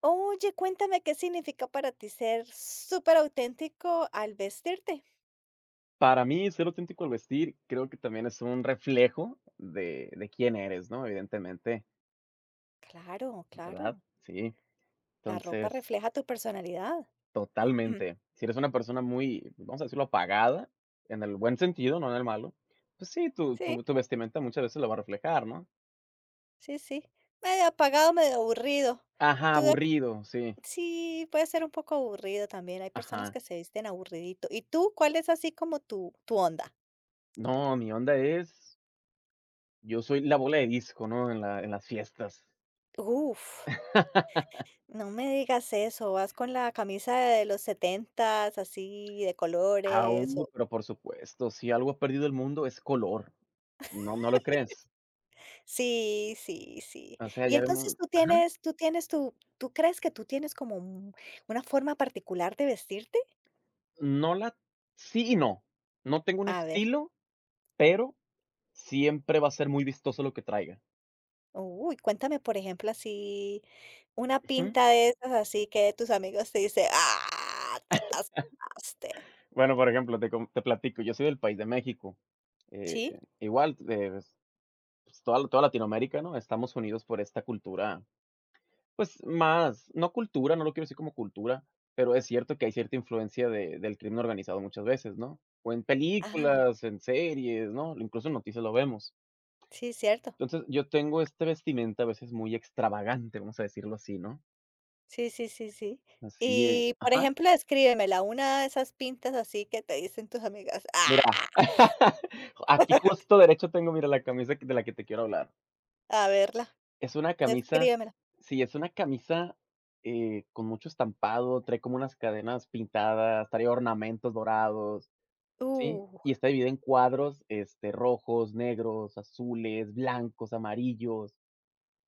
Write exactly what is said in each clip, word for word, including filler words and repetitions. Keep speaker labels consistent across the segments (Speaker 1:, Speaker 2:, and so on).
Speaker 1: Oye, cuéntame qué significa para ti ser superauténtico al vestirte.
Speaker 2: Para mí, ser auténtico al vestir, creo que también es un reflejo de de quién eres, ¿no? Evidentemente,
Speaker 1: Claro,
Speaker 2: ¿verdad?
Speaker 1: claro.
Speaker 2: Sí.
Speaker 1: La ropa
Speaker 2: Entonces,
Speaker 1: refleja tu personalidad. Ujú.
Speaker 2: totalmente. Si eres una persona muy, vamos a decirlo, apagada, en el buen sentido, no en el malo, pues sí, tu
Speaker 1: Sí,
Speaker 2: tu tu vestimenta muchas veces lo va a reflejar, ¿no?
Speaker 1: sí, sí. Medio apagado, medio aburrido.
Speaker 2: Ajá,
Speaker 1: Tú de acu-
Speaker 2: aburrido, sí.
Speaker 1: sí, puede ser un poco aburrido también. Hay personas
Speaker 2: Ajá.
Speaker 1: que se visten aburridito. ¿Y tú cuál es así como tu, tu onda?
Speaker 2: No, mi onda es yo soy la bola de disco, ¿no? En la en las fiestas.
Speaker 1: Uf, no me digas eso. Vas con la camisa de los setentas, así de
Speaker 2: Ah,
Speaker 1: colores.
Speaker 2: uh, pero por supuesto, si algo ha perdido el mundo es color. ¿No no lo crees?
Speaker 1: Sí, sí, sí.
Speaker 2: O sea,
Speaker 1: Y
Speaker 2: ya
Speaker 1: entonces
Speaker 2: vemos
Speaker 1: tú
Speaker 2: ajá,
Speaker 1: tienes tú tienes tu ¿tú crees que tú tienes como un una forma particular de vestirte?
Speaker 2: no la sí y no. No tengo un
Speaker 1: A ver,
Speaker 2: estilo, pero siempre va a ser muy vistoso lo que traiga.
Speaker 1: uy, cuéntame, por ejemplo, así una
Speaker 2: Ujú.
Speaker 1: pinta de esas, así que tus amigos te dicen: "Ah, te pasaste".
Speaker 2: Bueno, por ejemplo, te com te platico, yo soy del país de México. Eh,
Speaker 1: ¿Sí?
Speaker 2: igual, eh, pues, pues, toda toda Latinoamérica, ¿no? Estamos unidos por esta cultura, pues, más no cultura, no lo quiero decir como cultura, pero es cierto que hay cierta influencia de del crimen organizado muchas veces, ¿no? O en
Speaker 1: Ah,
Speaker 2: películas, en series, ¿no? Incluso en noticias lo vemos.
Speaker 1: sí, cierto.
Speaker 2: Entonces, yo tengo esta vestimenta a veces muy extravagante, vamos a decirlo así, ¿no?
Speaker 1: Sí, sí, sí, sí.
Speaker 2: Así, eh
Speaker 1: Y, por
Speaker 2: ajá,
Speaker 1: ejemplo, descríbemela, una de esas pintas así que te dicen tus amigas.
Speaker 2: mira,
Speaker 1: Ah,
Speaker 2: aquí justo derecho tengo, mira, la camisa que- de la que te quiero hablar.
Speaker 1: a verla,
Speaker 2: Es una camisa
Speaker 1: descríbemela.
Speaker 2: Sí, es una camisa, eh, con mucho estampado, trae como unas cadenas pintadas, trae ornamentos dorados, ¿sí?
Speaker 1: Uh.
Speaker 2: Y está dividida en cuadros, este, rojos, negros, azules, blancos, amarillos.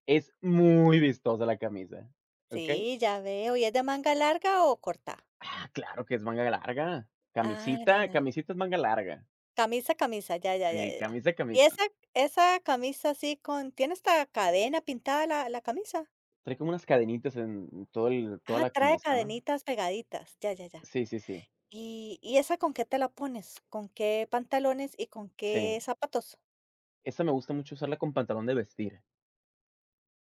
Speaker 2: Es muy vistosa la camisa, ¿ok?
Speaker 1: Sí, ya veo. ¿Y es de manga larga o corta?
Speaker 2: Claro que es manga larga.
Speaker 1: Ah, ya,
Speaker 2: Camisita
Speaker 1: ya, ya.
Speaker 2: camisita es manga larga.
Speaker 1: Camisa, camisa, ya, ya, ya,
Speaker 2: Sí,
Speaker 1: ya, ya.
Speaker 2: camisa,
Speaker 1: ¿Y
Speaker 2: camisa.
Speaker 1: esa, esa camisa así con, tiene esta cadena pintada la, la camisa?
Speaker 2: Trae como unas cadenitas en todo el toda
Speaker 1: Ah,
Speaker 2: la
Speaker 1: trae
Speaker 2: camisa, ¿no?
Speaker 1: cadenitas pegaditas, ya, ya, ya.
Speaker 2: Sí, sí, sí.
Speaker 1: ¿Y, y esa con qué te la pones? ¿Con qué pantalones y con
Speaker 2: Sí.
Speaker 1: qué zapatos?
Speaker 2: Esa me gusta mucho usarla con pantalón de vestir.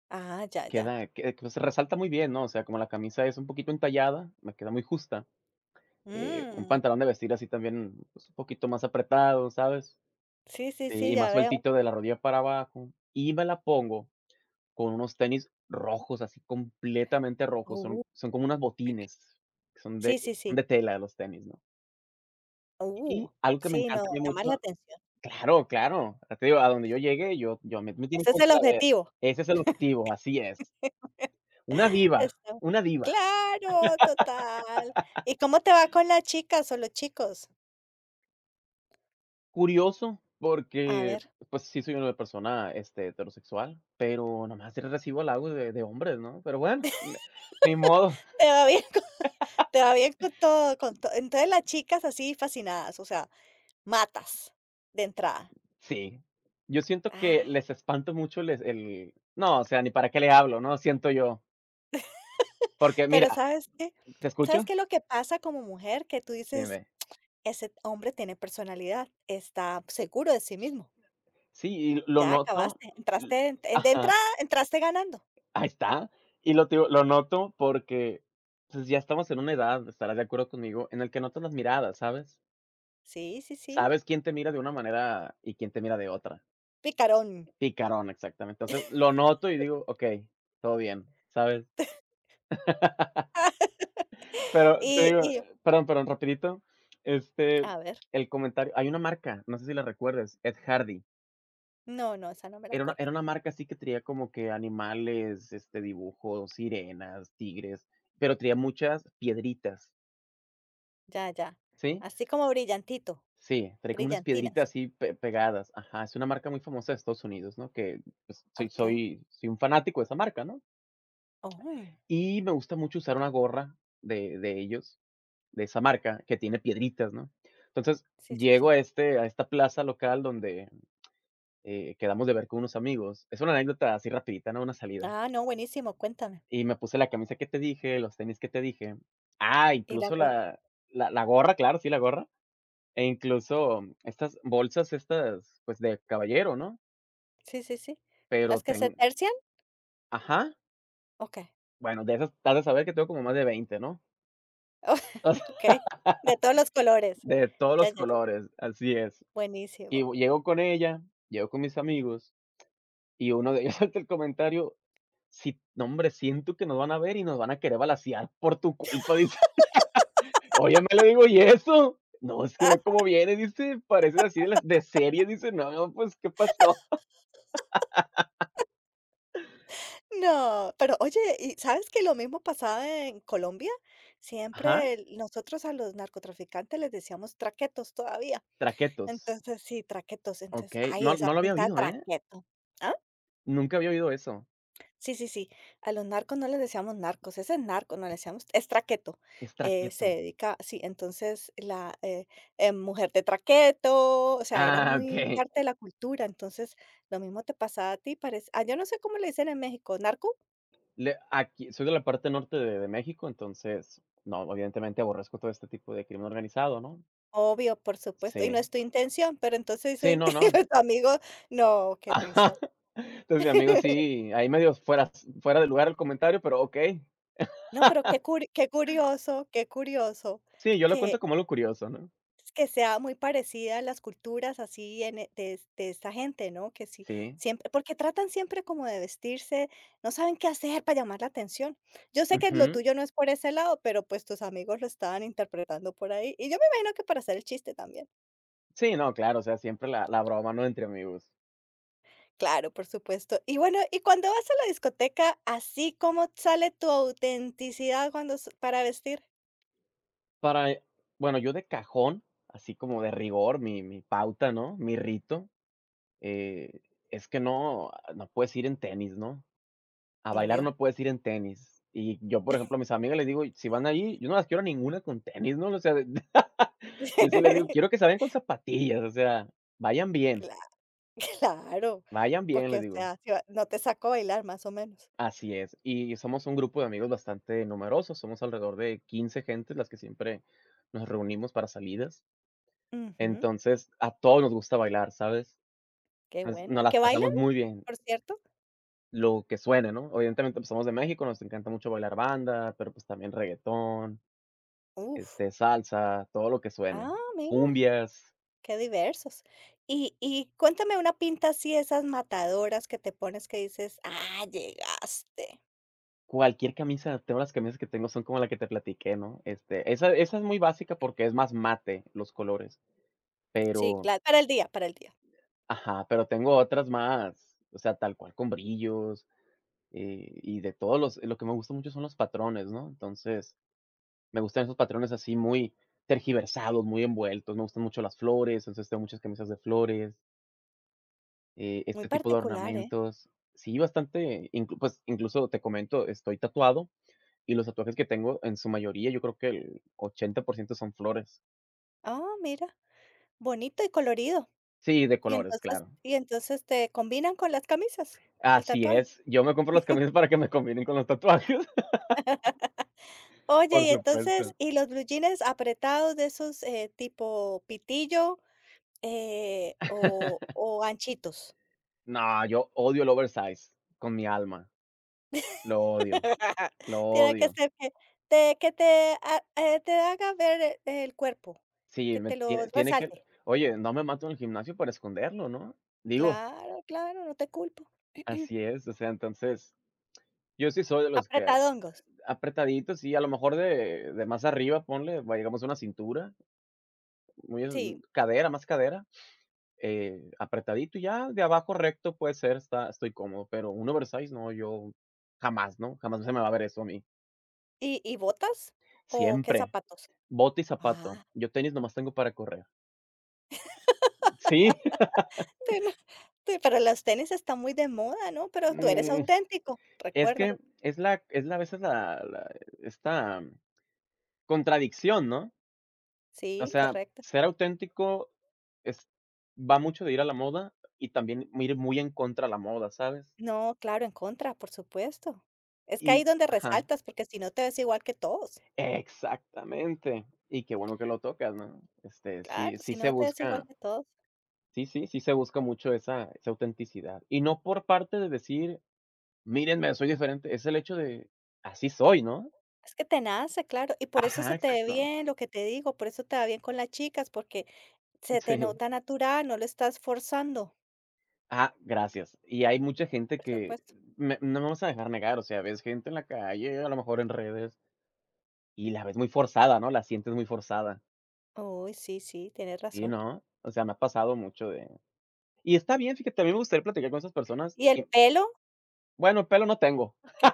Speaker 1: Ah, ya, ya.
Speaker 2: Queda que que se resalta muy bien, ¿no? O sea, como la camisa es un poquito entallada, me queda muy justa. Eh, un
Speaker 1: Mm,
Speaker 2: pantalón de vestir así también, pues, un poquito más apretado, ¿sabes?
Speaker 1: sí, sí,
Speaker 2: Eh,
Speaker 1: sí,
Speaker 2: y
Speaker 1: ya
Speaker 2: más
Speaker 1: veo.
Speaker 2: sueltito de la rodilla para abajo. Y me la pongo con unos tenis rojos, así completamente rojos,
Speaker 1: Uh,
Speaker 2: son son como unas botines, que son de
Speaker 1: sí, sí,
Speaker 2: son
Speaker 1: sí.
Speaker 2: de tela los tenis, ¿no?
Speaker 1: Uh,
Speaker 2: Y algo que me
Speaker 1: sí,
Speaker 2: encanta
Speaker 1: no,
Speaker 2: a mí
Speaker 1: llamar la
Speaker 2: mucho
Speaker 1: atención.
Speaker 2: claro, claro, te digo, a donde yo llegue, yo yo me me tienen
Speaker 1: Ese
Speaker 2: que
Speaker 1: es el
Speaker 2: volver a ver.
Speaker 1: objetivo.
Speaker 2: Ese es el objetivo, así es. Una diva,
Speaker 1: Eso.
Speaker 2: una diva.
Speaker 1: Claro, total. ¿Y cómo te va con las chicas o los chicos?
Speaker 2: Curioso,
Speaker 1: A
Speaker 2: porque,
Speaker 1: ver.
Speaker 2: pues, sí soy una persona, este, heterosexual, pero nomás recibo halagos de de hombres, ¿no? Pero bueno, ni ni modo.
Speaker 1: Te va bien co Te va bien con todo, con to entonces las chicas así fascinadas, o sea, matas de entrada.
Speaker 2: Sí, yo siento que les
Speaker 1: Ah,
Speaker 2: espanto mucho les el no, o sea, ni para qué le hablo, ¿no? Siento yo, porque
Speaker 1: pero
Speaker 2: mira,
Speaker 1: ¿sabes qué?
Speaker 2: ¿te escucho?
Speaker 1: ¿Sabes qué es lo que pasa como mujer? Que tú dices:
Speaker 2: Dime.
Speaker 1: "Ese hombre tiene personalidad, está seguro de sí mismo".
Speaker 2: Sí, y lo
Speaker 1: Ya
Speaker 2: noto
Speaker 1: acabaste,
Speaker 2: l
Speaker 1: entraste en en- de
Speaker 2: ajá,
Speaker 1: entrada entraste ganando.
Speaker 2: ahí está. Y lo te digo, lo noto porque, pues, ya estamos en una edad, estarás de acuerdo conmigo, en el que notas las miradas, ¿sabes?
Speaker 1: Sí, sí, sí,
Speaker 2: Sabes quién te mira de una manera y quién te mira de otra.
Speaker 1: picarón.
Speaker 2: Picarón, exactamente. Entonces, lo noto y digo: "Okey, todo bien", ¿sabes? Pero te
Speaker 1: Y
Speaker 2: digo,
Speaker 1: y
Speaker 2: perdón, perdón, rapidito, este,
Speaker 1: a ver,
Speaker 2: el comentario hay una marca, no sé si la recuerdes, Ed Hardy.
Speaker 1: no, no, esa no me la
Speaker 2: Era una
Speaker 1: acuerdo.
Speaker 2: era una marca así que traía como que animales, este, dibujos, sirenas, tigres, pero traía muchas piedritas,
Speaker 1: Ya, ya.
Speaker 2: ¿sí?
Speaker 1: Así como brillantito,
Speaker 2: Sí, traía como unas
Speaker 1: brillantinas.
Speaker 2: piedritas así pe pegadas. Ajá, es una marca muy famosa de Estados Unidos, ¿no? Que, pues, soy
Speaker 1: Okey.
Speaker 2: soy soy un fanático de esa marca, ¿no?
Speaker 1: Oh,
Speaker 2: Y me gusta mucho usar una gorra de de ellos. De esa marca que tiene piedritas, ¿no? Entonces,
Speaker 1: sí, sí,
Speaker 2: llego
Speaker 1: sí.
Speaker 2: a este a esta plaza local donde, eh, quedamos de ver con unos amigos. Es una anécdota así rapidita, ¿no? Una salida.
Speaker 1: Ah, no, buenísimo, cuéntame.
Speaker 2: Y me puse la camisa que te dije, los tenis que te dije. Ah,
Speaker 1: ¿Y la
Speaker 2: incluso
Speaker 1: gorra?
Speaker 2: la la la gorra, claro, sí, la gorra, e incluso estas bolsas, estas, pues, de caballero, ¿no?
Speaker 1: Sí, sí, sí.
Speaker 2: Pero
Speaker 1: ¿Las que
Speaker 2: ten
Speaker 1: se tercian?
Speaker 2: Ajá,
Speaker 1: Okey.
Speaker 2: bueno, de esas has de saber que tengo como más de veinte, ¿no? O sea,
Speaker 1: Okey. De todos los colores.
Speaker 2: de todos
Speaker 1: Ya,
Speaker 2: los
Speaker 1: ya, ya.
Speaker 2: colores, así es. Y
Speaker 1: Buenísimo.
Speaker 2: llego con ella, llego con mis amigos. Y uno de ellos salta el comentario, si, no hombre, siento que nos van a ver y nos van a querer balasear por tu culpa, dice. Oye, me le digo, ¿y eso? No, es que ve cómo viene, dice, parece así de las de serie, dice, no, pues, ¿qué pasó?
Speaker 1: No, pero oye, ¿y sabes que lo mismo pasaba en Colombia?
Speaker 2: Ajá,
Speaker 1: Siempre el nosotros a los narcotraficantes les decíamos traquetos todavía.
Speaker 2: traquetos.
Speaker 1: Entonces, sí, traquetos.
Speaker 2: Ok,
Speaker 1: Entonces, ay,
Speaker 2: no,
Speaker 1: esa
Speaker 2: no lo había
Speaker 1: pinta de
Speaker 2: oído, ¿eh?
Speaker 1: traqueto.
Speaker 2: Nunca había oído eso.
Speaker 1: Sí, sí, sí. A los narcos no les decíamos narcos, ese es narco, no le decíamos, es traqueto.
Speaker 2: Es
Speaker 1: Eh, se
Speaker 2: traqueto.
Speaker 1: dedica, sí, entonces la eh, eh, mujer de traqueto, o sea, era
Speaker 2: Ah,
Speaker 1: muy
Speaker 2: ok.
Speaker 1: parte de la cultura, entonces lo mismo te pasaba a ti, parece, ah, yo no sé cómo le dicen en México, narco,
Speaker 2: Le- aquí, soy de la parte norte de, de México, entonces, no, evidentemente aborrezco todo este tipo de crimen organizado, ¿no?
Speaker 1: obvio, por supuesto, y no
Speaker 2: Sí.
Speaker 1: es tu intención, pero entonces
Speaker 2: Sí,
Speaker 1: dice
Speaker 2: no, no,
Speaker 1: tu amigo, no, qué risa.
Speaker 2: ajá. Entonces, mi amigo sí, ahí medio fuera fuera de lugar el comentario, pero okey.
Speaker 1: No, pero qué, curi- qué curioso, qué curioso.
Speaker 2: Sí, yo lo cuento como algo curioso, ¿no?
Speaker 1: Que sea muy parecida a las culturas así en e- de, es- de esta gente, ¿no? Que sí,
Speaker 2: Sí.
Speaker 1: siempre, porque tratan siempre como de vestirse, no saben qué hacer para llamar la atención. Yo sé que lo
Speaker 2: Ujú.
Speaker 1: tuyo no es por ese lado, pero pues tus amigos lo estaban interpretando por ahí. Y yo me imagino que para hacer el chiste también.
Speaker 2: Sí, no, claro, o sea, siempre la la broma, ¿no?, entre amigos.
Speaker 1: Claro, por supuesto. Y bueno, y cuando vas a la discoteca, así como sale tu autenticidad cuando s- para vestir,
Speaker 2: Para e Bueno, yo de cajón, así como de rigor, mi mi pauta, ¿no?, mi rito, eh, es que no no puedes ir en tenis, ¿no? A bailar
Speaker 1: obvio.
Speaker 2: no puedes ir en tenis. Y yo, por ejemplo, a mis amigas les digo: "Si van ahí, yo no las quiero a ninguna con tenis", ¿no? O sea, yo sí les digo: "Quiero que se vayan con zapatillas", o sea, vayan bien,
Speaker 1: Cla- Claro,
Speaker 2: vayan bien,
Speaker 1: porque
Speaker 2: les
Speaker 1: o
Speaker 2: digo.
Speaker 1: sea, si va- no te saco a bailar más o menos.
Speaker 2: Así es. Y somos un grupo de amigos bastante numerosos, somos alrededor de quince gentes las que siempre nos reunimos para salidas.
Speaker 1: Ujú.
Speaker 2: Entonces, a todos nos gusta bailar, ¿sabes?
Speaker 1: Qué
Speaker 2: Nos
Speaker 1: bueno.
Speaker 2: nos
Speaker 1: ¿Y
Speaker 2: las
Speaker 1: qué bailan,
Speaker 2: pasamos muy bien,
Speaker 1: por cierto?
Speaker 2: lo que suene, ¿no? Obviamente pues, somos de México, nos encanta mucho bailar banda, pero, pues, también reggaetón,
Speaker 1: Uf.
Speaker 2: Este, salsa, todo lo que suene,
Speaker 1: Ah, mira,
Speaker 2: cumbias,
Speaker 1: qué diversos. Y y cuéntame una pinta así, esas matadoras que te pones que dices: "Ah, llegaste".
Speaker 2: cualquier camisa, tengo las camisas que tengo son como la que te platiqué, ¿no? Este, esa esa es muy básica porque es más mate los colores,
Speaker 1: Sí,
Speaker 2: pero
Speaker 1: claro, para el día, para el día.
Speaker 2: ajá, pero tengo otras más, o sea, tal cual con brillos, eh, y de todos los lo que me gusta mucho son los patrones, ¿no? Entonces, me gustan esos patrones así muy tergiversados, muy envueltos, me gustan mucho las flores, entonces tengo muchas camisas de flores. Eh,
Speaker 1: Muy
Speaker 2: este tipo de
Speaker 1: particular, ¿eh?
Speaker 2: ornamentos. Sí, bastante, inclu pues, incluso te comento, estoy tatuado y los tatuajes que tengo, en su mayoría, yo creo que el ochenta por ciento son flores.
Speaker 1: Ah, mira, bonito y colorido.
Speaker 2: Sí, de
Speaker 1: Y
Speaker 2: colores,
Speaker 1: entonces
Speaker 2: claro.
Speaker 1: y entonces te combinan con las camisas, el
Speaker 2: Así
Speaker 1: tatuaje.
Speaker 2: es, yo me compro las camisas para que me combinen con los tatuajes.
Speaker 1: Oye,
Speaker 2: Por
Speaker 1: y entonces,
Speaker 2: supuesto.
Speaker 1: ¿y los blue jeans apretados de esos, eh, tipo pitillo, eh, o o anchitos?
Speaker 2: No, yo odio el oversize con mi alma. Lo odio, lo
Speaker 1: Tiene que
Speaker 2: odio.
Speaker 1: ser que te que te ha eh, te haga ver el el cuerpo,
Speaker 2: Sí,
Speaker 1: que
Speaker 2: me
Speaker 1: te lo
Speaker 2: tiene tiene que
Speaker 1: resalte.
Speaker 2: oye, no me mato en el gimnasio para esconderlo, ¿no? Digo,
Speaker 1: Claro, claro, no te culpo.
Speaker 2: así es, o sea, entonces, yo sí soy de los que
Speaker 1: Apretadongos,
Speaker 2: apretadito, sí, a lo mejor de de más arriba, ponle, va digamos, una cintura, muy es
Speaker 1: sí.
Speaker 2: cadera, más cadera, eh, apretadito y ya de abajo recto puede ser, está estoy cómodo, pero un oversize no, yo jamás, ¿no? Jamás se me va a ver eso a mí.
Speaker 1: ¿Y y botas o qué
Speaker 2: Siempre,
Speaker 1: zapatos?
Speaker 2: bota y zapato.
Speaker 1: Ah.
Speaker 2: Yo tenis nomás tengo para correr. Sí,
Speaker 1: Te te Pero los tenis están muy de moda, ¿no? Pero tú eres
Speaker 2: mm,
Speaker 1: auténtico,
Speaker 2: es
Speaker 1: recuerda.
Speaker 2: que es la es la a veces la la esta contradicción, ¿no? O
Speaker 1: Sí,
Speaker 2: sea,
Speaker 1: correcto.
Speaker 2: ser auténtico es va mucho de ir a la moda y también ir muy en contra de la moda, ¿sabes?
Speaker 1: No, claro, en contra, por supuesto. Es que ahí
Speaker 2: Y
Speaker 1: donde
Speaker 2: ajá,
Speaker 1: resaltas, porque si no te ves igual que todos.
Speaker 2: exactamente. Y qué bueno que lo tocas, ¿no? Este, sí
Speaker 1: Claro,
Speaker 2: sí
Speaker 1: si
Speaker 2: se
Speaker 1: no te ves igual
Speaker 2: busca
Speaker 1: que todos.
Speaker 2: sí, sí, sí se busca mucho esa esa autenticidad. Y no por parte de decir: "Mírenme, soy diferente", es el hecho de así soy, ¿no?
Speaker 1: Es que te nace, claro, y por eso
Speaker 2: Ajá,
Speaker 1: se te ve
Speaker 2: exacto.
Speaker 1: bien lo que te digo, por eso te va bien con las chicas, porque se te
Speaker 2: Sí.
Speaker 1: nota natural, no lo estás forzando,
Speaker 2: Ah, gracias. Y hay mucha gente
Speaker 1: por
Speaker 2: que
Speaker 1: supuesto.
Speaker 2: me no me vas a dejar negar, o sea, ves gente en la calle, a lo mejor en redes. Y la ves muy forzada, ¿no? La sientes muy forzada.
Speaker 1: Uy, sí, sí, tienes
Speaker 2: Sí,
Speaker 1: razón.
Speaker 2: ¿no? O sea, me ha pasado mucho de y está bien, fíjate, a mí me gustaría platicar con esas personas
Speaker 1: ¿Y el
Speaker 2: y
Speaker 1: pelo?
Speaker 2: bueno, pelo no tengo.
Speaker 1: ¿Por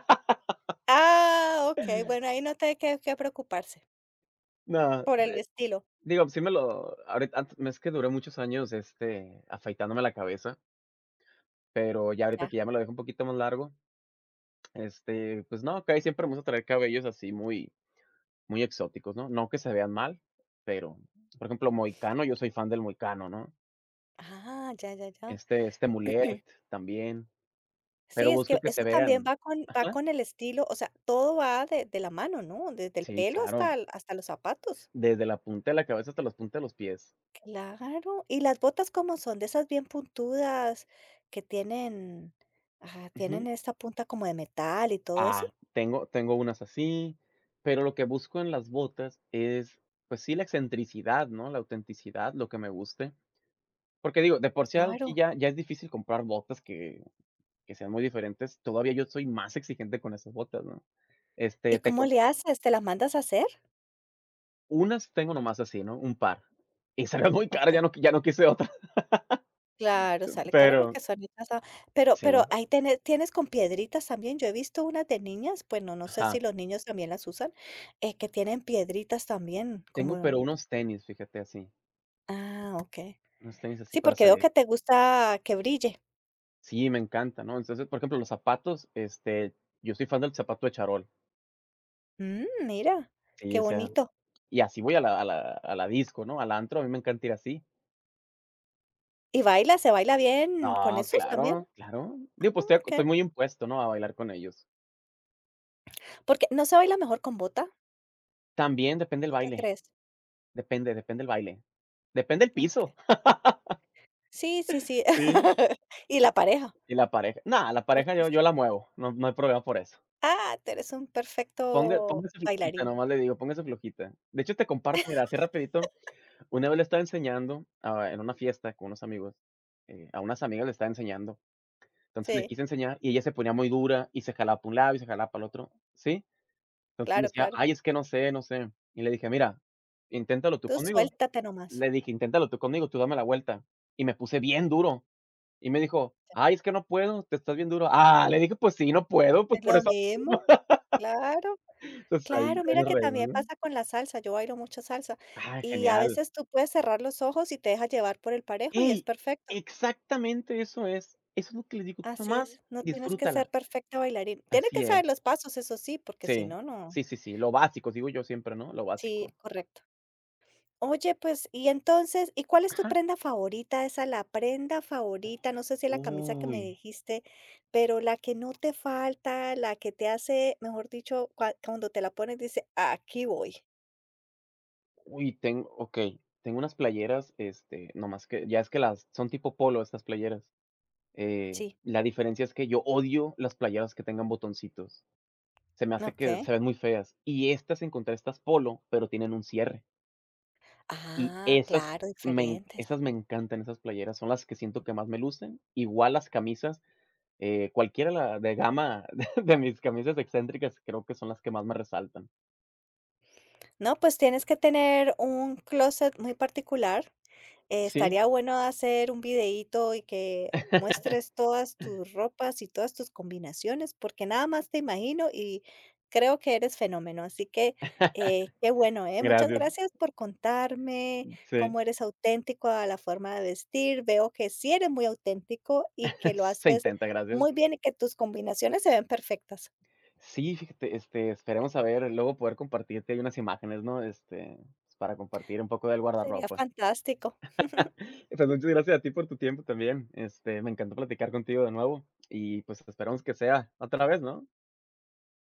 Speaker 1: Ah, okey, bueno, ahí no te hay que que preocuparse
Speaker 2: No,
Speaker 1: por el estilo.
Speaker 2: digo, sí me lo ahorita antes es que duré muchos años, este, afeitándome la cabeza, pero ya ahorita
Speaker 1: Ya.
Speaker 2: que ya me lo dejé un poquito más largo, este, pues no, casi siempre me gusta traer cabellos así muy muy exóticos, ¿no? No que se vean mal, pero, por ejemplo, mohicano, yo soy fan del mohicano, ¿no?
Speaker 1: Ah, ya, ya, ya.
Speaker 2: Este este mulet también,
Speaker 1: Sí,
Speaker 2: pero
Speaker 1: es
Speaker 2: busco
Speaker 1: que
Speaker 2: que se
Speaker 1: eso también
Speaker 2: vean
Speaker 1: va con va con el estilo, o sea, todo va de de la mano, ¿no? Desde el
Speaker 2: sí,
Speaker 1: pelo hasta
Speaker 2: claro.
Speaker 1: el hasta los zapatos.
Speaker 2: Desde la punta de la cabeza hasta las puntas de los pies.
Speaker 1: Claro. ¿Y las botas cómo son? De esas bien puntudas que tienen, ajá,
Speaker 2: Ujú.
Speaker 1: tienen esta punta como de metal y todo eso.
Speaker 2: Ah, tengo tengo unas así, pero lo que busco en las botas es, pues sí, la excentricidad, ¿no? La autenticidad, lo que me guste. Porque digo, de por sí aquí
Speaker 1: Claro.
Speaker 2: ya ya es difícil comprar botas que que sean muy diferentes. Todavía yo soy más exigente con esas botas, ¿no? Este,
Speaker 1: ¿Y
Speaker 2: te
Speaker 1: cómo
Speaker 2: com
Speaker 1: le haces? ¿Te las mandas a hacer?
Speaker 2: unas tengo nomás así, ¿no? Un par. Y salieron muy caras,
Speaker 1: Ok.
Speaker 2: ya no qui- ya no quise otra,
Speaker 1: Claro, sale caro
Speaker 2: pero
Speaker 1: porque son esas ah, pero
Speaker 2: sí,
Speaker 1: pero ahí tienes tienes con piedritas también. Yo he visto unas de niñas, bueno, no sé
Speaker 2: ajá.
Speaker 1: si los niños también las usan, eh, que tienen piedritas también, como
Speaker 2: Tengo, pero
Speaker 1: el
Speaker 2: unos tenis, fíjate, así,
Speaker 1: ah, okey.
Speaker 2: unos tenis así
Speaker 1: Sí,
Speaker 2: para
Speaker 1: porque veo
Speaker 2: salir.
Speaker 1: que te gusta que brille.
Speaker 2: Sí, me encanta, ¿no? Entonces, por ejemplo, los zapatos, este, yo soy fan del zapato de charol.
Speaker 1: Mm, mira,
Speaker 2: Sí,
Speaker 1: qué
Speaker 2: o sea,
Speaker 1: bonito.
Speaker 2: y así voy a la a la a la disco, ¿no? Al antro, a mí me encanta ir así.
Speaker 1: ¿Y baila? ¿Se baila bien con
Speaker 2: No,
Speaker 1: esos también?
Speaker 2: claro, claro. Digo, pues, estoy ac-
Speaker 1: Okey.
Speaker 2: estoy muy impuesto, ¿no? A bailar con ellos.
Speaker 1: Porque, ¿no se baila mejor con bota?
Speaker 2: También depende el
Speaker 1: ¿Tú qué
Speaker 2: baile,
Speaker 1: crees?
Speaker 2: depende depende el baile. Depende el
Speaker 1: Okey.
Speaker 2: piso.
Speaker 1: Sí, sí, sí.
Speaker 2: Sí.
Speaker 1: Y la pareja,
Speaker 2: Y la pareja. Nada, la pareja
Speaker 1: porque
Speaker 2: yo yo
Speaker 1: sí.
Speaker 2: la muevo, no no hay problema por eso.
Speaker 1: Ah, tú eres un
Speaker 2: Ponga
Speaker 1: perfecto
Speaker 2: póngase flojita,
Speaker 1: bailarín.
Speaker 2: nomás le digo, póngase flojita. De hecho, te comparto, mira, así rapidito. Una vez le estaba enseñando, ah, en una fiesta con unos amigos, eh, a unas amigas le estaba enseñando. Entonces le
Speaker 1: Sí.
Speaker 2: quise enseñar y ella se ponía muy dura y se jalaba para un lado y se jalaba para el otro, ¿sí? Entonces me
Speaker 1: Claro,
Speaker 2: decía:
Speaker 1: claro.
Speaker 2: "Ay, es que no sé, no sé". Y le dije: "Mira, inténtalo tú
Speaker 1: Tú
Speaker 2: conmigo".
Speaker 1: suéltate nomás.
Speaker 2: Le dije: "Inténtalo tú conmigo, tú dame la vuelta". Y me puse bien duro y me dijo: "Ay, es que no puedo, te estás bien duro". Ah, le dije: "Pues sí, no puedo, pues
Speaker 1: Es
Speaker 2: por
Speaker 1: lo
Speaker 2: eso".
Speaker 1: mismo, claro.
Speaker 2: Entonces ahí
Speaker 1: Claro,
Speaker 2: ahí
Speaker 1: mira
Speaker 2: nos
Speaker 1: que
Speaker 2: reímos,
Speaker 1: también
Speaker 2: ¿no?
Speaker 1: pasa con la salsa, yo bailo mucha salsa
Speaker 2: Ah,
Speaker 1: y a
Speaker 2: genial.
Speaker 1: veces tú puedes cerrar los ojos y te dejas llevar por el parejo y es
Speaker 2: Ey,
Speaker 1: perfecto.
Speaker 2: exactamente eso es. Eso es lo que les digo, tú
Speaker 1: Así es,
Speaker 2: nomás
Speaker 1: no tienes que
Speaker 2: disfrútala.
Speaker 1: ser perfecta bailarín. Tienes
Speaker 2: Así
Speaker 1: que saber
Speaker 2: es.
Speaker 1: los pasos, eso sí, porque si
Speaker 2: Sí,
Speaker 1: no, no.
Speaker 2: sí, sí, sí, lo básico, digo yo siempre, ¿no? Lo
Speaker 1: Sí,
Speaker 2: básico.
Speaker 1: correcto. Oye, pues, y entonces, ¿y cuál es tu
Speaker 2: Ajá.
Speaker 1: prenda favorita? Esa, la prenda favorita, no sé si la camisa que
Speaker 2: Uy,
Speaker 1: me dijiste, pero la que no te falta, la que te hace, mejor dicho, cua- cuando te la pones, dice, aquí voy.
Speaker 2: uy, Tengo, okey, tengo unas playeras, este, nomás que ya es que las son tipo polo estas playeras. Eh,
Speaker 1: Sí.
Speaker 2: la diferencia es que yo odio las playeras que tengan botoncitos. Se me hace
Speaker 1: Ok.
Speaker 2: que se ven muy feas. Y estas encontré estas polo, pero tienen un cierre. Y
Speaker 1: Ah,
Speaker 2: esas
Speaker 1: claro,
Speaker 2: me En
Speaker 1: diferentes.
Speaker 2: esas me encantan, esas playeras, son las que siento que más me lucen. Igual las camisas, eh, cualquiera la de gama de mis camisas excéntricas, creo que son las que más me resaltan.
Speaker 1: No, pues tienes que tener un closet muy particular. Eh,
Speaker 2: Sí,
Speaker 1: estaría bueno hacer un videíto y que muestres todas tus ropas y todas tus combinaciones, porque nada más te imagino y creo que eres fenómeno. Así que eh, qué bueno, ¿eh? Muchas
Speaker 2: gracias.
Speaker 1: gracias por contarme
Speaker 2: Sí,
Speaker 1: cómo eres auténtico a la forma de vestir. Veo que sí eres muy auténtico y que lo
Speaker 2: se
Speaker 1: haces
Speaker 2: intenta, gracias.
Speaker 1: muy bien y que tus combinaciones se ven perfectas.
Speaker 2: Sí, fíjate, este, esperemos a ver, luego poder compartirte ahí unas imágenes, ¿no? Este, pues, para compartir un poco del
Speaker 1: Sería
Speaker 2: guardarropa.
Speaker 1: fantástico.
Speaker 2: Pues, muchas gracias a ti por tu tiempo también. Este, me encantó platicar contigo de nuevo y, pues, esperamos que sea otra vez, ¿no?